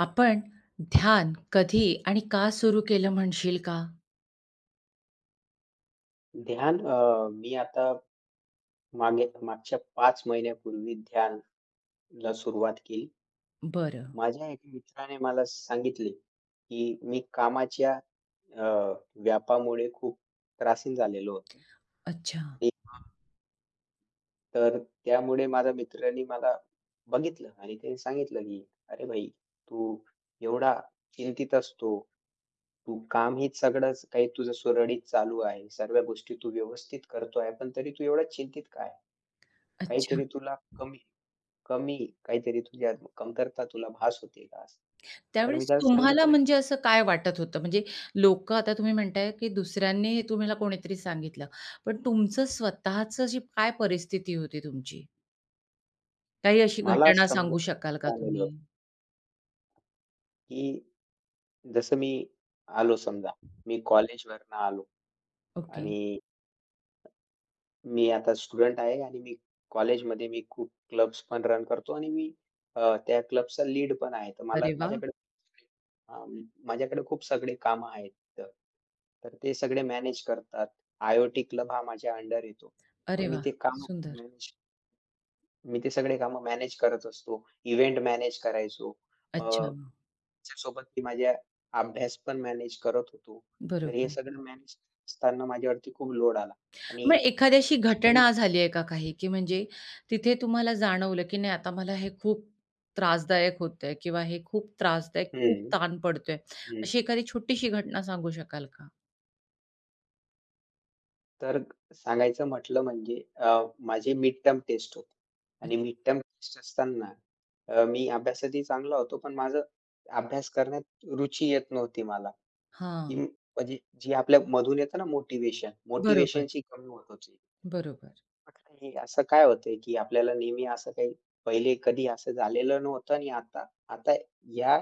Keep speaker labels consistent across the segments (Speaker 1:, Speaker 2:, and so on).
Speaker 1: आपण ध्यान कधी आणि का सुरू केलं म्हणशील का?
Speaker 2: ध्यान मी आता मागच्या 5 महिन्यापूर्वी ध्यानला सुरुवात केली.
Speaker 1: बरं.
Speaker 2: माझ्या एका मित्राने मला सांगितले, की मी कामाच्या अ, व्यापामुळे खूप त्रासीन झालेलो होतो
Speaker 1: अच्छा,
Speaker 2: आणि तर त्यामुळे माझ्या मित्राने मला बघितलं आणि त्याने सांगितलं, की "अरे भाई, तू एवढा चिंतित असतो. तू काम हे सगळंच काही तुझं सुरळीत चालू आहे. सर्व गोष्टी तू व्यवस्थित करतो आहे, पण तरी तू एवढा चिंतित का
Speaker 1: अच्छा.
Speaker 2: काहीतरी तुला कमी कमी काहीतरी तुझ्या कमतरता तुला भास होते का? असं. तर मी
Speaker 1: त्यावेळेस
Speaker 2: त्याला
Speaker 1: तुम्हाला
Speaker 2: सांगितलं, की
Speaker 1: म्हणजे असं काय वाटत होतं? म्हणजे लोकं आता तुम्ही म्हणताय, की दुसऱ्यांनी हे तुम्हाला कोणीतरी सांगितलं. पण तुमचं स्वतःचं जी काय परिस्थिती होती तुमची? काही अशी
Speaker 2: मला
Speaker 1: घटना सांगू शकाल का
Speaker 2: समजा आलेलं
Speaker 1: तुम्ही?
Speaker 2: होतं की जसं मी आलो समजा, मी कॉलेजवरनं आलो
Speaker 1: ओके.
Speaker 2: आणि मी आता स्टुडंट आहे आणि मी कॉलेजमध्ये मी खूप क्लब्स पण रन करतो आणि मी त्या क्लबचा लीड पण आहे. तर मला
Speaker 1: अरे वाह!
Speaker 2: माझ्याकडे अ, माझ्याकडे खूप सगळे कामं आहेत. तर तर ते सगळे मॅनेज करतात. आय-ओ-टी क्लब हा माझ्या अंडर येतो.
Speaker 1: अरे
Speaker 2: मग मी
Speaker 1: वाह!
Speaker 2: ते काम
Speaker 1: सुंदर.
Speaker 2: मॅनेज मी ते सगळे कामं मॅनेज करत असतो. इव्हेंट मॅनेज करायचो. अ,
Speaker 1: अच्छा.
Speaker 2: त्याच्यासोबत मी माझ्या अभ्यास पण मॅनेज करत होतो. तर हे
Speaker 1: बरोबर.
Speaker 2: सगळं मॅनेज असताना माझ्यावरती खूप लोड आला आणि
Speaker 1: मग एखाद्याशी घटना झाली आहे का काही, की म्हणजे तिथे तुम्हाला जाणवलं, की नाही आता मला हे खूप त्रासदायक होतंय किंवा हे खूप त्रासदायक, खूप
Speaker 2: हं,
Speaker 1: ताण पडतोय.
Speaker 2: हं.
Speaker 1: अशी एखादी छोटीशी घटना सांगू शकाल का?
Speaker 2: तर सांगायचं म्हटलं म्हणजे माझी मिडटर्म टेस्ट होती आणि
Speaker 1: अच्छा.
Speaker 2: मिडटर्म टेस्ट असताना मी अभ्यासातही चांगला होतो, पण माझं अभ्यास करण्यात रुची येत नव्हती मला, की
Speaker 1: हां.
Speaker 2: म्हणजे जी आपल्या मधून येतं ना मोटिवेशन,
Speaker 1: बरोबर,
Speaker 2: मोटिवेशनची कमी होत होती.
Speaker 1: बरोबर.
Speaker 2: म्हटलं हे असं काय होतंय, की आपल्याला नेहमी असं काही पहिले कधी असं झालेलं नव्हतं आणि आता आता या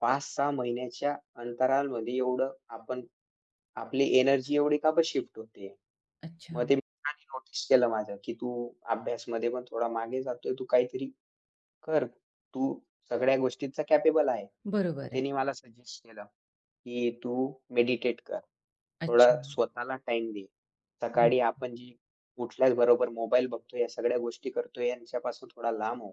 Speaker 2: 5-6 महिन्याच्या अंतराळमध्ये एवढं आपण आपली एनर्जी एवढी का बरं शिफ्ट होते?
Speaker 1: अच्छा.
Speaker 2: मग ते मित्रांनी नोटीस केलं माझं, की "तू अभ्यासमध्ये पण थोडा मागे जातोय. तू काहीतरी कर. तू सगळ्या गोष्टींचा कॅपेबल आहे."
Speaker 1: बरोबर
Speaker 2: मग
Speaker 1: आहे.
Speaker 2: त्यांनी मला सजेस्ट केलं, की "तू मेडिटेट कर. थोडा
Speaker 1: अच्छा.
Speaker 2: स्वतःला टाईम दे.
Speaker 1: हं.
Speaker 2: सकाळी आपण जी उठल्याबरोबर मोबाईल बघतोय, या सगळ्या गोष्टी करतोय, यांच्यापासून थोडा लांब हो."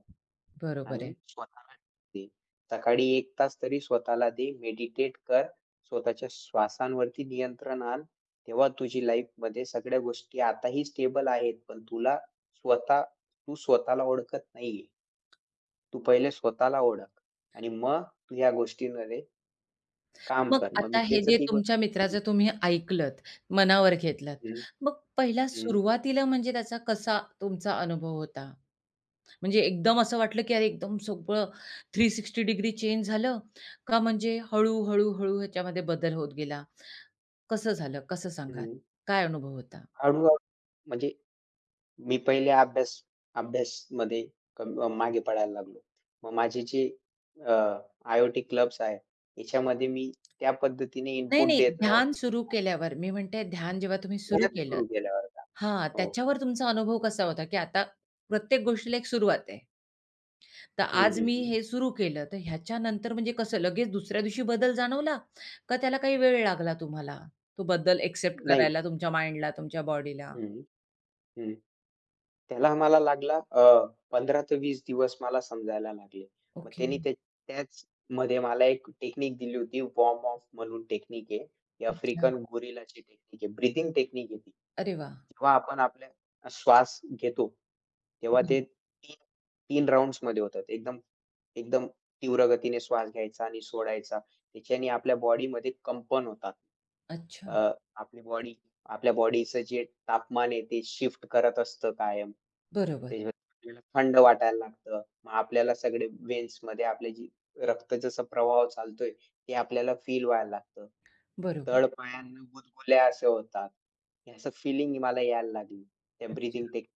Speaker 1: बरोबर
Speaker 2: आणि
Speaker 1: आहे.
Speaker 2: स्वतःला दे. सकाळी 1 तास तरी स्वतःला दे. मेडिटेट कर. स्वतःच्या श्वासांवरती नियंत्रण आण. तेव्हा तुझी लाईफमध्ये सगळ्या गोष्टी आताही स्टेबल आहेत. पण तुला स्वतः तू स्वतःला ओळखत नाहीये. तू पहिले स्वतःला ओळख आणि मग तू ह्या गोष्टींमध्ये काम
Speaker 1: मग
Speaker 2: कर. मग
Speaker 1: आता
Speaker 2: मी
Speaker 1: हे
Speaker 2: त्याचं
Speaker 1: जे
Speaker 2: ती गोष्ट
Speaker 1: तुमच्या
Speaker 2: हं,
Speaker 1: मित्राचं तुम्ही ऐकलत, मनावर घेतलत.
Speaker 2: हं,
Speaker 1: मग पहिला
Speaker 2: हं,
Speaker 1: सुरुवातीला म्हणजे त्याचा कसा तुमचा अनुभव होता? म्हणजे एकदम असं वाटलं, की अरे एकदम सगळं 360 डिग्री चेंज झालं का म्हणजे हळूहळू हळू, हळू, हळू ह्याच्यामध्ये बदल होत गेला? कसं झालं? कसं सांगाल?
Speaker 2: हं.
Speaker 1: काय अनुभव होता?
Speaker 2: हळू म्हणजे मी पहिले अभ्यासमध्ये कम मागे पडायला लागलो. मग माझे जे अ, आय-ओ-टी क्लब्स आहेत, याच्यामध्ये मी त्या पद्धतीने
Speaker 1: नाही,
Speaker 2: इनपुट
Speaker 1: नाही.
Speaker 2: देत
Speaker 1: ध्यान
Speaker 2: नव्हतो.
Speaker 1: सुरू केल्यावर मी म्हणते ध्यान जेव्हा तुम्ही सुरू
Speaker 2: ह्याच
Speaker 1: केलं
Speaker 2: सुरू केल्या बरं का.
Speaker 1: हा
Speaker 2: हो.
Speaker 1: त्याच्यावर तुमचा अनुभव कसा होता? की आता प्रत्येक गोष्टीला एक सुरुवात आहे. तर
Speaker 2: हं,
Speaker 1: आज
Speaker 2: हं,
Speaker 1: मी
Speaker 2: हं.
Speaker 1: हे सुरू केलं, तर ह्याच्यानंतर म्हणजे कसं लगेच दुसऱ्या दिवशी बदल जाणवला? का त्याला काही वेळ लागला तुम्हाला? तो बदल एक्सेप्ट
Speaker 2: नाही.
Speaker 1: करायला तुमच्या माइंडला, तुमच्या बॉडीला?
Speaker 2: हं, हं. त्याला आम्हाला लागला 15 ते 20 दिवस मला समजायला लागले. मग
Speaker 1: ओके.
Speaker 2: त्यांनी त्या त्याचमध्ये मला एक टेक्निक दिली होती वॉर्म ऑफ म्हणून टेक्निक आहे. ही
Speaker 1: अच्छा.
Speaker 2: आफ्रिकन गोरिलाची टेक्निक आहे. ब्रीथिंग टेक्निक आहे ती.
Speaker 1: अरे वाह!
Speaker 2: जेव्हा आपण आपल्या श्वास घेतो, तेव्हा ते
Speaker 1: बरं.
Speaker 2: 3 राउंड्समध्ये होतात. एकदम एकदम तीव्र गतीने श्वास घ्यायचा आणि सोडायचा. त्याच्याने आपल्या बॉडीमध्ये कंपन होतात.
Speaker 1: अच्छा.
Speaker 2: अ, आपली बॉडी आपल्या बॉडीचं जे तापमान आहे ते शिफ्ट करत असतं कायम.
Speaker 1: बरोबर,
Speaker 2: त्याच्यात आपल्याला थंड वाटायला लागतं. मग आपल्याला सगळे व्हेन्समध्ये आपले जी रक्त जसा प्रवाह चालतोय ते आपल्याला फील व्हायला लागतं.
Speaker 1: बरोबर.
Speaker 2: तळपायांना गुदगुल्या असे होतात. हे असं फीलिंग मला यायला लागली. त्या
Speaker 1: अच्छा.
Speaker 2: Breathing technique.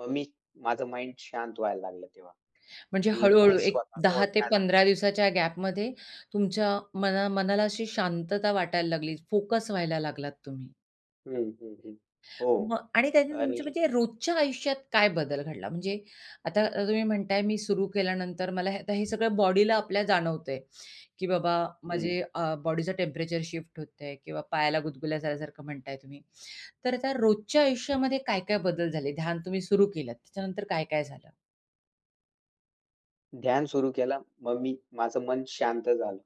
Speaker 2: मग मी माझं माइंड शांत व्हायला लागलं तेव्हा,
Speaker 1: म्हणजे
Speaker 2: की मी
Speaker 1: हळू-हळू एक
Speaker 2: स्वतःला
Speaker 1: 10 ते
Speaker 2: ओळखायला
Speaker 1: 15 दिवसाच्या गॅपमध्ये तुमच्या मना मनाला अशी शांतता वाटायला लागली, फोकस व्हायला लागलात तुम्ही.
Speaker 2: हं, हं, हं. हो
Speaker 1: मग आणि त्यातून
Speaker 2: आणि
Speaker 1: तुमच्या म्हणजे रोजच्या आयुष्यात काय बदल घडला? म्हणजे आता तुम्ही म्हणताय मी सुरू केल्यानंतर मला हे आता हे सगळं बॉडीला आपल्या जाणवतंय. की बाबा
Speaker 2: हं.
Speaker 1: बॉडीचं टेम्परेचर शिफ्ट होतंय किंवा पायाला गुदगुल्या झाल्यासारखं म्हणताय तुम्ही. तर त्या रोजच्या आयुष्यामध्ये काय-काय बदल झाले? ध्यान तुम्ही सुरू केलं, त्याच्यानंतर काय-काय झालं?
Speaker 2: ध्यान सुरू केलं. मग मी माझं मन शांत झालं.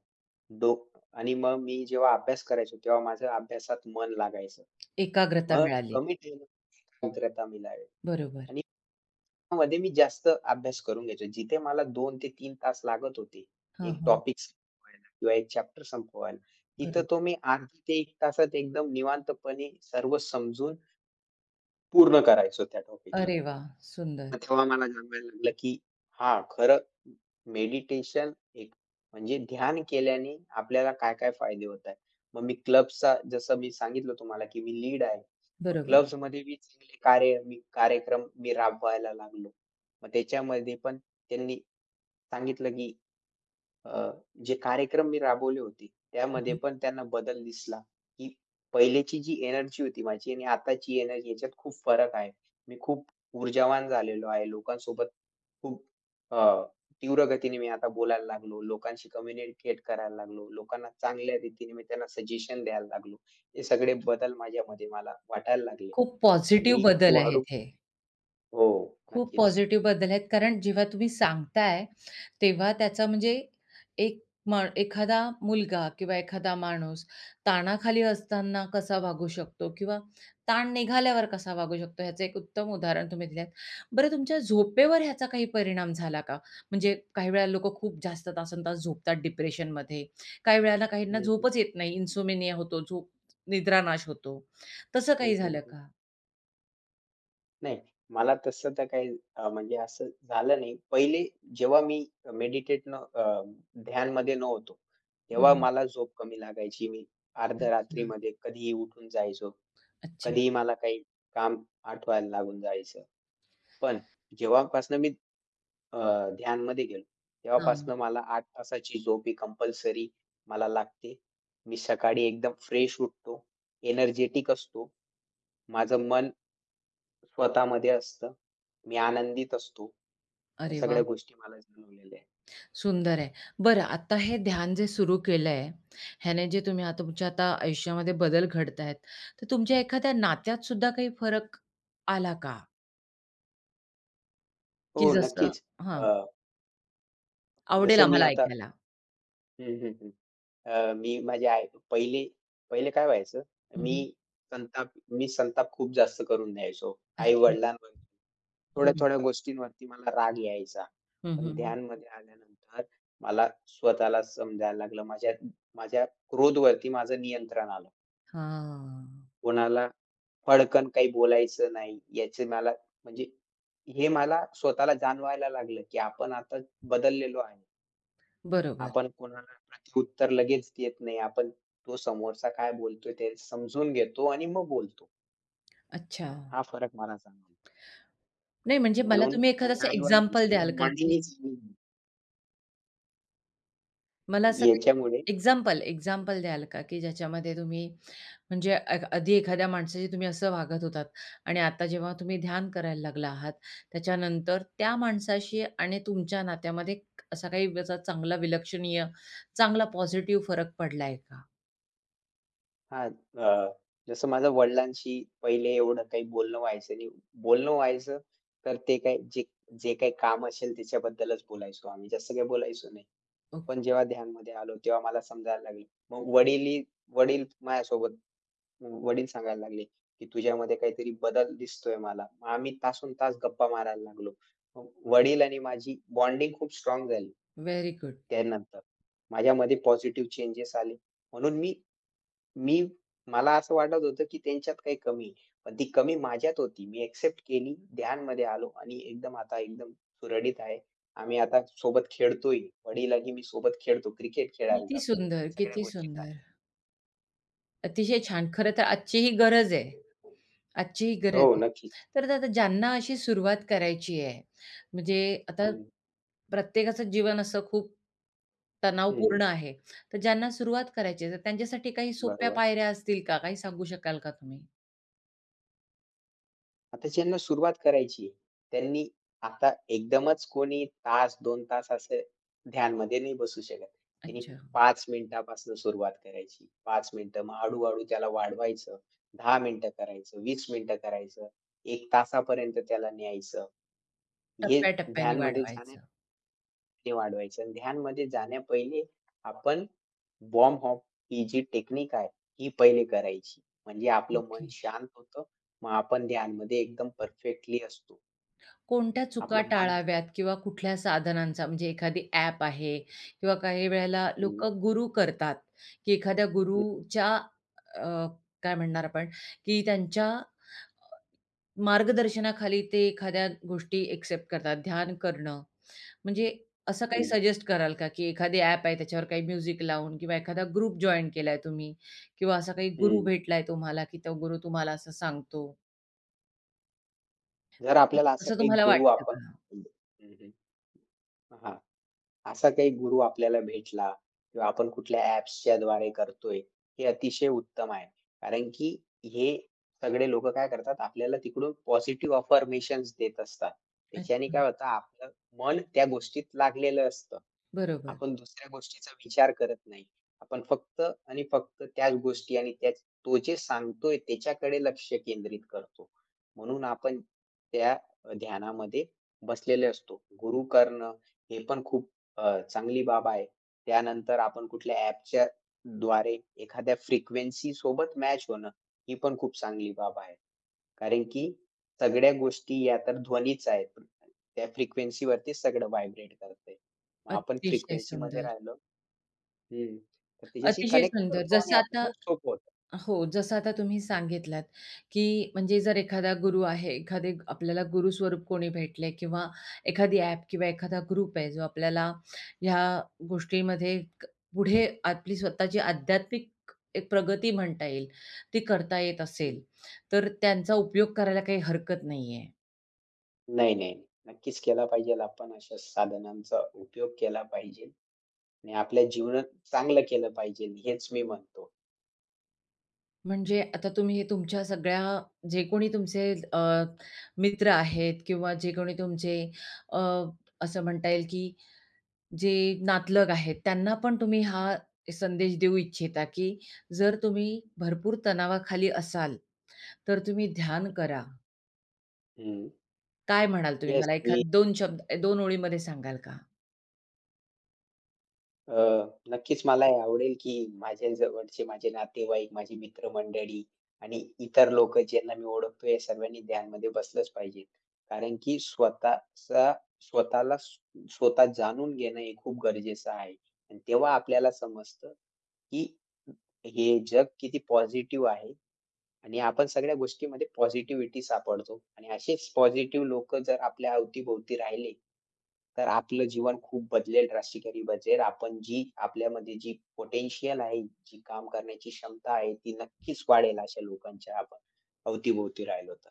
Speaker 2: डोक आणि मग मी जेव्हा अभ्यास करायचो, तेव्हा माझं अभ्यासात मन लागायचं.
Speaker 1: एकाग्रता
Speaker 2: मग
Speaker 1: मिळाली.
Speaker 2: कमी ठेवून एकाग्रता मिळावी
Speaker 1: बरोबर.
Speaker 2: आणि मध्ये मी जास्त अभ्यास करून घ्यायचो. जिथे मला 2 ते तीन तास लागत होते,
Speaker 1: हां,
Speaker 2: एक
Speaker 1: हां.
Speaker 2: टॉपिक संपवायला किंवा एक चॅप्टर संपवायला, तिथं
Speaker 1: बरोबर.
Speaker 2: तो मी अर्धा ते 1 तासात एकदम निवांतपणे सर्व समजून पूर्ण करायचो त्या टॉपिकला.
Speaker 1: अरे वाह! सुंदर.
Speaker 2: मग तेव्हा मला जाणवायला लागलं, की हां, खरं मेडिटेशन एक म्हणजे ध्यान केल्याने आपल्याला काय-काय फायदे होत आहेत. मग मी क्लब्सचा जसं मी सांगितलं तुम्हाला, की मी लीड आहे. मग
Speaker 1: बरोबर.
Speaker 2: क्लब्समध्ये मी चांगले कार्य मी कार्यक्रम मी राबवायला लागलो. मग त्याच्यामध्ये पण त्यांनी सांगितलं, की अ, जे कार्यक्रम मी राबवले होते,
Speaker 1: हं,
Speaker 2: त्यामध्ये
Speaker 1: हं.
Speaker 2: पण त्यांना बदल दिसला, की पहिल्याची जी एनर्जी होती माझी आणि आताची एनर्जी याच्यात खूप फरक आहे. मी खूप ऊर्जावान झालेलो आहे. लोकांसोबत खूप अ, तीव्र गतीने मी आता बोलायला लागलो. लोकांशी कम्युनिकेट करायला लागलो. लोकांना चांगल्या रीतीने मी त्यांना सजेशन द्यायला लागलो. हे सगळे बदल माझ्यामध्ये मला वाटायला लागले
Speaker 1: खूप
Speaker 2: आणि
Speaker 1: पॉझिटिव्ह
Speaker 2: मी
Speaker 1: बदल आहेत
Speaker 2: हळू
Speaker 1: हे.
Speaker 2: हो,
Speaker 1: खूप
Speaker 2: नक्कीच.
Speaker 1: पॉझिटिव्ह बदल आहेत. कारण जेव्हा तुम्ही सांगताय, तेव्हा त्याचा म्हणजे एक एखादा मुलगा किंवा एखादा माणूस ताणाखाली असताना कसा वागू शकतो किंवा ताण निघाल्यावर कसा वागू शकतो, ह्याचं एक उत्तम उदाहरण तुम्ही दिलंत. बरं तुमच्या झोपेवर ह्याचा काही परिणाम झाला का? म्हणजे काही वेळेला लोकं खूप जास्त तासंतास झोपतात डिप्रेशनमध्ये. काही वेळेला काहींना
Speaker 2: हं, हं.
Speaker 1: झोपच येत नाही, इन्सोमेनिया होतो, झोप निद्रानाश होतो. तसं
Speaker 2: हं,
Speaker 1: काही
Speaker 2: हं.
Speaker 1: झालं का?
Speaker 2: नाही, मला तसं तर काही म्हणजे असं झालं नाही. पहिले जेव्हा मी मेडिटेट न अ, ध्यानमध्ये नव्हतो, तेव्हा
Speaker 1: हं.
Speaker 2: मला झोप कमी लागायची. मी अर्ध्या
Speaker 1: अच्छा.
Speaker 2: रात्रीमध्ये कधीही उठून जायचो.
Speaker 1: अच्छा.
Speaker 2: कधीही मला काही काम आठवायला लागून जायचं. पण जेव्हापासनं मी अ, ध्यानमध्ये गेलो,
Speaker 1: हां.
Speaker 2: तेव्हापासनं मला 8 तासाची झोप ही कंपल्सरी मला लागते. मी सकाळी एकदम फ्रेश उठतो, एनर्जेटिक असतो. माझं मन स्वतःमध्ये असतं. मी आनंदित असतो. ह्या
Speaker 1: अरे वाह!
Speaker 2: सगळ्या गोष्टी मला जाणवलेल्या आहेत.
Speaker 1: सुंदर आहे. बरं आता हे ध्यान जे सुरू केलंय, ह्याने जे तुम्ही आता तुमच्या आता आयुष्यामध्ये बदल घडतायत, तर तुमच्या एखाद्या नात्यात सुद्धा काही फरक आला का? की
Speaker 2: हो,
Speaker 1: जसं
Speaker 2: नक्कीच.
Speaker 1: हां,
Speaker 2: अ,
Speaker 1: आवडेल
Speaker 2: जसं मी
Speaker 1: आम्हाला
Speaker 2: आता
Speaker 1: ऐकायला.
Speaker 2: हं, हं, हं. मी माझ्या आई पहिले पहिले काय व्हायचं, मी
Speaker 1: हं,
Speaker 2: संताप मी संताप खूप जास्त करून द्यायचो.
Speaker 1: अच्छा.
Speaker 2: आई-वडिलांवर
Speaker 1: बरोबर.
Speaker 2: थोड्या-थोड्या गोष्टींवरती मला राग यायचा.
Speaker 1: हं,
Speaker 2: पण
Speaker 1: हं.
Speaker 2: ध्यानमध्ये आल्यानंतर मला स्वतःला समजायला लागलं. माझ्या माझ्या क्रोधवरती माझं नियंत्रण आलं.
Speaker 1: हां.
Speaker 2: कोणाला फडकन काही बोलायचं नाही, याचे मला म्हणजे हे मला स्वतःला जाणवायला लागलं, की आपण आता बदललेलो आहे.
Speaker 1: बरोबर.
Speaker 2: आपण कोणाला प्रत्युत्तर लगेच देत नाही. आपण तो समोरचा काय बोलतोय ते समजून घेतो आणि मग बोलतो.
Speaker 1: अच्छा.
Speaker 2: हा फरक मला जाणवला.
Speaker 1: नाही म्हणजे मला
Speaker 2: म्हणून
Speaker 1: तुम्ही एखादं
Speaker 2: माझ्या
Speaker 1: असं एक्झाम्पल द्याल
Speaker 2: आई-वडिलांसोबत
Speaker 1: का? की
Speaker 2: बॉन्डिंगही चांगली
Speaker 1: मला असं
Speaker 2: झाली.
Speaker 1: काही
Speaker 2: याच्यामुळे
Speaker 1: एक्झाम्पल द्याल का? की ज्याच्यामध्ये तुम्ही म्हणजे आधी एखाद्या माणसाशी तुम्ही असं वागत होतात आणि आता जेव्हा तुम्ही ध्यान करायला लागला आहात, त्याच्यानंतर त्या माणसाशी आणि तुमच्या नात्यामध्ये असा काही असा चांगला विलक्षणीय, चांगला पॉझिटिव्ह फरक पडलाय का?
Speaker 2: हां, अ, जसं माझ्या वडिलांशी पहिले एवढं काही बोलणं व्हायचं नाही. बोलणं व्हायचं तर ते काय जे जे काही काम असेल त्याच्याबद्दलच बोलायचो आम्ही. जास्त काही बोलायचो नाही.
Speaker 1: ओके.
Speaker 2: पण जेव्हा ध्यानमध्ये आलो, तेव्हा मला समजायला लागलं. मग वडीलही वडील माझ्यासोबत वडील सांगायला लागले, की "तुझ्यामध्ये काहीतरी बदल दिसतोय मला." मग आम्ही तासनतास गप्पा मारायला लागलो. मग वडील आणि माझी बॉन्डिंग खूप स्ट्रॉंग झाली
Speaker 1: व्हेरी गुड.
Speaker 2: त्यानंतर. माझ्यामध्ये पॉझिटिव्ह चेंजेस आले. म्हणून मी मी मला असं वाटत होतं, की त्यांच्यात काही कमी आहे. पण ती कमी माझ्यात होती. मी एक्सेप्ट केली, ध्यानमध्ये आलो आणि एकदम सुरळीत आहे. आम्ही आता सोबत खेळतोय. वडिलांनी मी सोबत खेळतो. क्रिकेट खेळायला
Speaker 1: किती
Speaker 2: जातो.
Speaker 1: सुंदर,
Speaker 2: या सगळ्या
Speaker 1: किती
Speaker 2: गोष्टी आहेत.
Speaker 1: सुंदर. अतिशय छान. खरं तर आजची ही गरज आहे. आजची ही गरज
Speaker 2: हो,
Speaker 1: आहे.
Speaker 2: नक्कीच.
Speaker 1: तर आता ज्यांना अशी सुरुवात करायची आहे, म्हणजे आता
Speaker 2: हं,
Speaker 1: प्रत्येकाचं जीवन असं खूप
Speaker 2: हं.
Speaker 1: तणावपूर्ण आहे. तर ज्यांना सुरुवात करायची आहे, तर त्यांच्यासाठी काही सोप्या
Speaker 2: बरोबर.
Speaker 1: पायऱ्या असतील का? काही सांगू शकाल का तुम्ही?
Speaker 2: आता ज्यांना सुरुवात करायची आहे, त्यांनी आता एकदमच कोणी तास, 2 तास असं ध्यानमध्ये नाही बसू शकत. त्यांनी
Speaker 1: अच्छा.
Speaker 2: 5 मिनिटापासून सुरुवात करायची. 5 मिनिटं मग हळू-हळू त्याला वाढवायचं. 10 मिनिटं करायचं, 20 मिनिटं करायचं, 1 तासापर्यंत त्याला न्यायचं. हे
Speaker 1: टप्प्या
Speaker 2: ध्यानमध्ये जाण्याने
Speaker 1: वाढवायचं.
Speaker 2: वाढवायचं आणि ध्यानमध्ये जाण्यापहिले आपण वॉर्म अप ही जी टेक्निक आहे, ही पहिले करायची. म्हणजे आपलं
Speaker 1: ओके.
Speaker 2: मन शांत होतं. मग आपण ध्यानमध्ये एकदम परफेक्टली असतो.
Speaker 1: कोणत्या चुका
Speaker 2: आपलं मन
Speaker 1: टाळाव्यात किंवा कुठल्या साधनांचा म्हणजे एखादी ॲप आहे किंवा काही वेळेला
Speaker 2: हं,
Speaker 1: लोकं गुरू करतात, की एखाद्या
Speaker 2: हं,
Speaker 1: गुरूच्या अ, काय म्हणणार आपण, की त्यांच्या मार्गदर्शनाखाली ते एखाद्या गोष्टी एक्सेप्ट करतात, ध्यान करणं. म्हणजे असं काही
Speaker 2: हं,
Speaker 1: सजेस्ट कराल का, की एखादी ॲप आहे त्याच्यावर काही म्युझिक लावून किंवा एखादा ग्रुप जॉइन केलाय तुम्ही किंवा असा काही गुरू
Speaker 2: हं.
Speaker 1: भेटलाय तुम्हाला, की तो गुरू तुम्हाला असं सांगतो.
Speaker 2: जर आपल्याला असा
Speaker 1: असं
Speaker 2: काही
Speaker 1: तुम्हाला
Speaker 2: गुरु
Speaker 1: वाटतं
Speaker 2: आपण
Speaker 1: का?
Speaker 2: हं, हं. हां. असा काही गुरु आपल्याला भेटला किंवा आपण कुठल्या ॲप्सच्या द्वारे करतोय, हे अतिशय उत्तम आहे. कारण की हे सगळे लोकं काय करतात, आपल्याला तिकडून पॉझिटिव्ह अफर्मेशन्स देत असतात. त्याच्याने
Speaker 1: अच्छा.
Speaker 2: काय होतं, आपलं मन त्या गोष्टीत लागलेलं असतं.
Speaker 1: बरोबर.
Speaker 2: आपण दुसऱ्या गोष्टीचा विचार करत नाही. आपण फक्त आणि फक्त त्याच गोष्टी आणि त्याच तो जे सांगतोय त्याच्याकडे लक्ष केंद्रित करतो. म्हणून आपण त्या ध्यानामध्ये बसलेले असतो. गुरु करणं हे पण खूप चांगली बाब आहे. त्यानंतर आपण कुठल्या ॲपच्या द्वारे एखाद्या फ्रिक्वेन्सी सोबत मॅच होणं, ही पण खूप चांगली बाब आहे. कारण की सगळ्या गोष्टी या तर ध्वनीच आहेत. त्या फ्रिक्वेन्सीवरती सगळं व्हायब्रेट करतंय. मग आपण
Speaker 1: अतिशय
Speaker 2: फ्रिक्वेन्सीमध्ये
Speaker 1: सुंदर,
Speaker 2: राहिलो हं. तर त्याच्याशी
Speaker 1: अतिशय
Speaker 2: कनेक्ट
Speaker 1: सुंदर.
Speaker 2: करतो आणि
Speaker 1: जसं आता
Speaker 2: आपल्याला सोपं होतं.
Speaker 1: हो, जसं आता तुम्ही सांगितलात, की म्हणजे जर एखादा गुरु आहे, एखादे आपल्याला गुरुस्वरूप कोणी भेटले किंवा एखादी ॲप किंवा एखादा ग्रुप आहे, जो आपल्याला ह्या गोष्टीमध्ये पुढे आपली स्वतःची आध्यात्मिक एक प्रगती म्हणता येईल, ती करता येत
Speaker 2: हं.
Speaker 1: असेल, तर त्यांचा उपयोग करायला काही हरकत नाहीये.
Speaker 2: नाही, नाही. नक्कीच केला पाहिजेल. आपण अशा साधनांचा उपयोग केला पाहिजे आणि आपल्या जीवनात चांगलं केलं पाहिजे हेच मी म्हणतो.
Speaker 1: म्हणजे आता तुम्ही तुमच्या सगळ्या जे कोणी तुमचे मित्र आहेत किंवा जे कोणी तुमचे अ, असं म्हणता येईल की जे नातलग आहेत त्यांना पण तुम्ही हा संदेश देऊ इच्छिता की जर तुम्ही भरपूर तणावाखाली असाल तर तुम्ही ध्यान करा.
Speaker 2: हं.
Speaker 1: काय म्हणाल तुम्ही
Speaker 2: येस,
Speaker 1: मला एखाद 2 शब्द 2 ओळीमध्ये सांगाल का?
Speaker 2: अ, नक्कीच मला हे आवडेल, की माझ्या जवळचे माझे नातेवाईक, माझी मित्रमंडळी आणि इतर लोकं ज्यांना मी ओळखतोय, या सर्वांनी ध्यानमध्ये बसलंच पाहिजे. कारण की स्वतःचा स्वतःला स्व स्वतः जाणून घेणं हे खूप गरजेचं आहे. आणि तेव्हा आपल्याला समजतं, की हे जग किती पॉझिटिव्ह आहे आणि आपण सगळ्या गोष्टीमध्ये पॉझिटिव्हिटी सापडतो आणि असेच पॉझिटिव्ह लोक जर आपल्या अवतीभोवती राहिले, तर आपलं जीवन खूप बदलेल, ड्रास्टिकली बदलेल. आपण जी आपल्यामध्ये जी पोटेन्शियल आहे, जी काम करण्याची क्षमता आहे, ती नक्कीच वाढेल अशा लोकांच्या आपण अवतीभोवती राहिलो तर.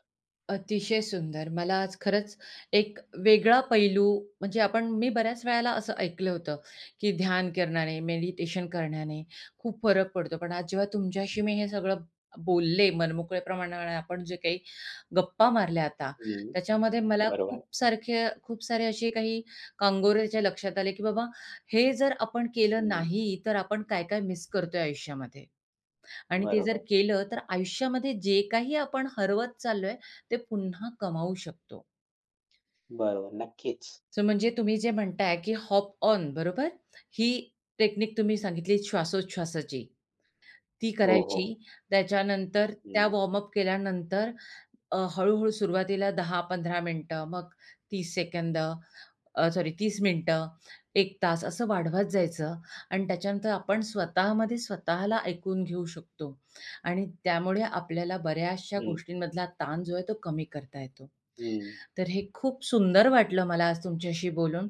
Speaker 1: अतिशय सुंदर. मला आज खरंच एक वेगळा पैलू म्हणजे आपण मी बऱ्याच वेळेला असं ऐकलं होतं, की ध्यान करण्याने, मेडिटेशन करण्याने खूप फरक पडतो. पण आज जेव्हा तुमच्याशी मी हे सगळं बोलले, मनमोकळ्या प्रमाणाने आपण जे काही गप्पा मारल्या आता,
Speaker 2: हं,
Speaker 1: त्याच्यामध्ये मला
Speaker 2: बरोबर.
Speaker 1: खूप सारखे खूप सारे असे काही कांगोरे लक्षात आले, की बाबा हे जर आपण केलं
Speaker 2: हं,
Speaker 1: नाही, तर आपण काय-काय मिस करतोय आयुष्यामध्ये. आणि ते जर
Speaker 2: बरोबर.
Speaker 1: केलं, तर आयुष्यामध्ये जे काही आपण हरवत चाललोय, ते पुन्हा कमावू शकतो.
Speaker 2: बरोबर. नक्कीच.
Speaker 1: सो म्हणजे तुम्ही जे म्हणताय, की हॉप ऑन बरोबर? ही टेक्निक तुम्ही सांगितली श्वासोच्छवासाची, ती
Speaker 2: हो, हो.
Speaker 1: करायची. त्याच्यानंतर त्या
Speaker 2: हं,
Speaker 1: वॉर्मअप केल्यानंतर हळू सुरुवातीला 10-15 मिनिटं, मग 30 सेकंद, सॉरी 30 मिनिटं, 1 तास असं वाढवत जायचं आणि त्याच्यानंतर आपण स्वतःमध्ये स्वतःला ऐकून घेऊ शकतो आणि त्यामुळे आपल्याला बऱ्याचशा
Speaker 2: हं,
Speaker 1: गोष्टींमधला ताण जो आहे तो कमी करता येतो.
Speaker 2: हं.
Speaker 1: तर हे खूप सुंदर वाटलं मला आज तुमच्याशी बोलून.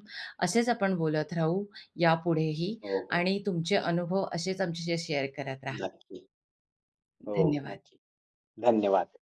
Speaker 1: असेच आपण बोलत राहू यापुढेही
Speaker 2: हो, हो.
Speaker 1: आणि तुमचे अनुभव असेच आमच्याशी शेअर करत राहा.
Speaker 2: नक्की. हो,
Speaker 1: धन्यवाद.
Speaker 2: नक्की. धन्यवाद.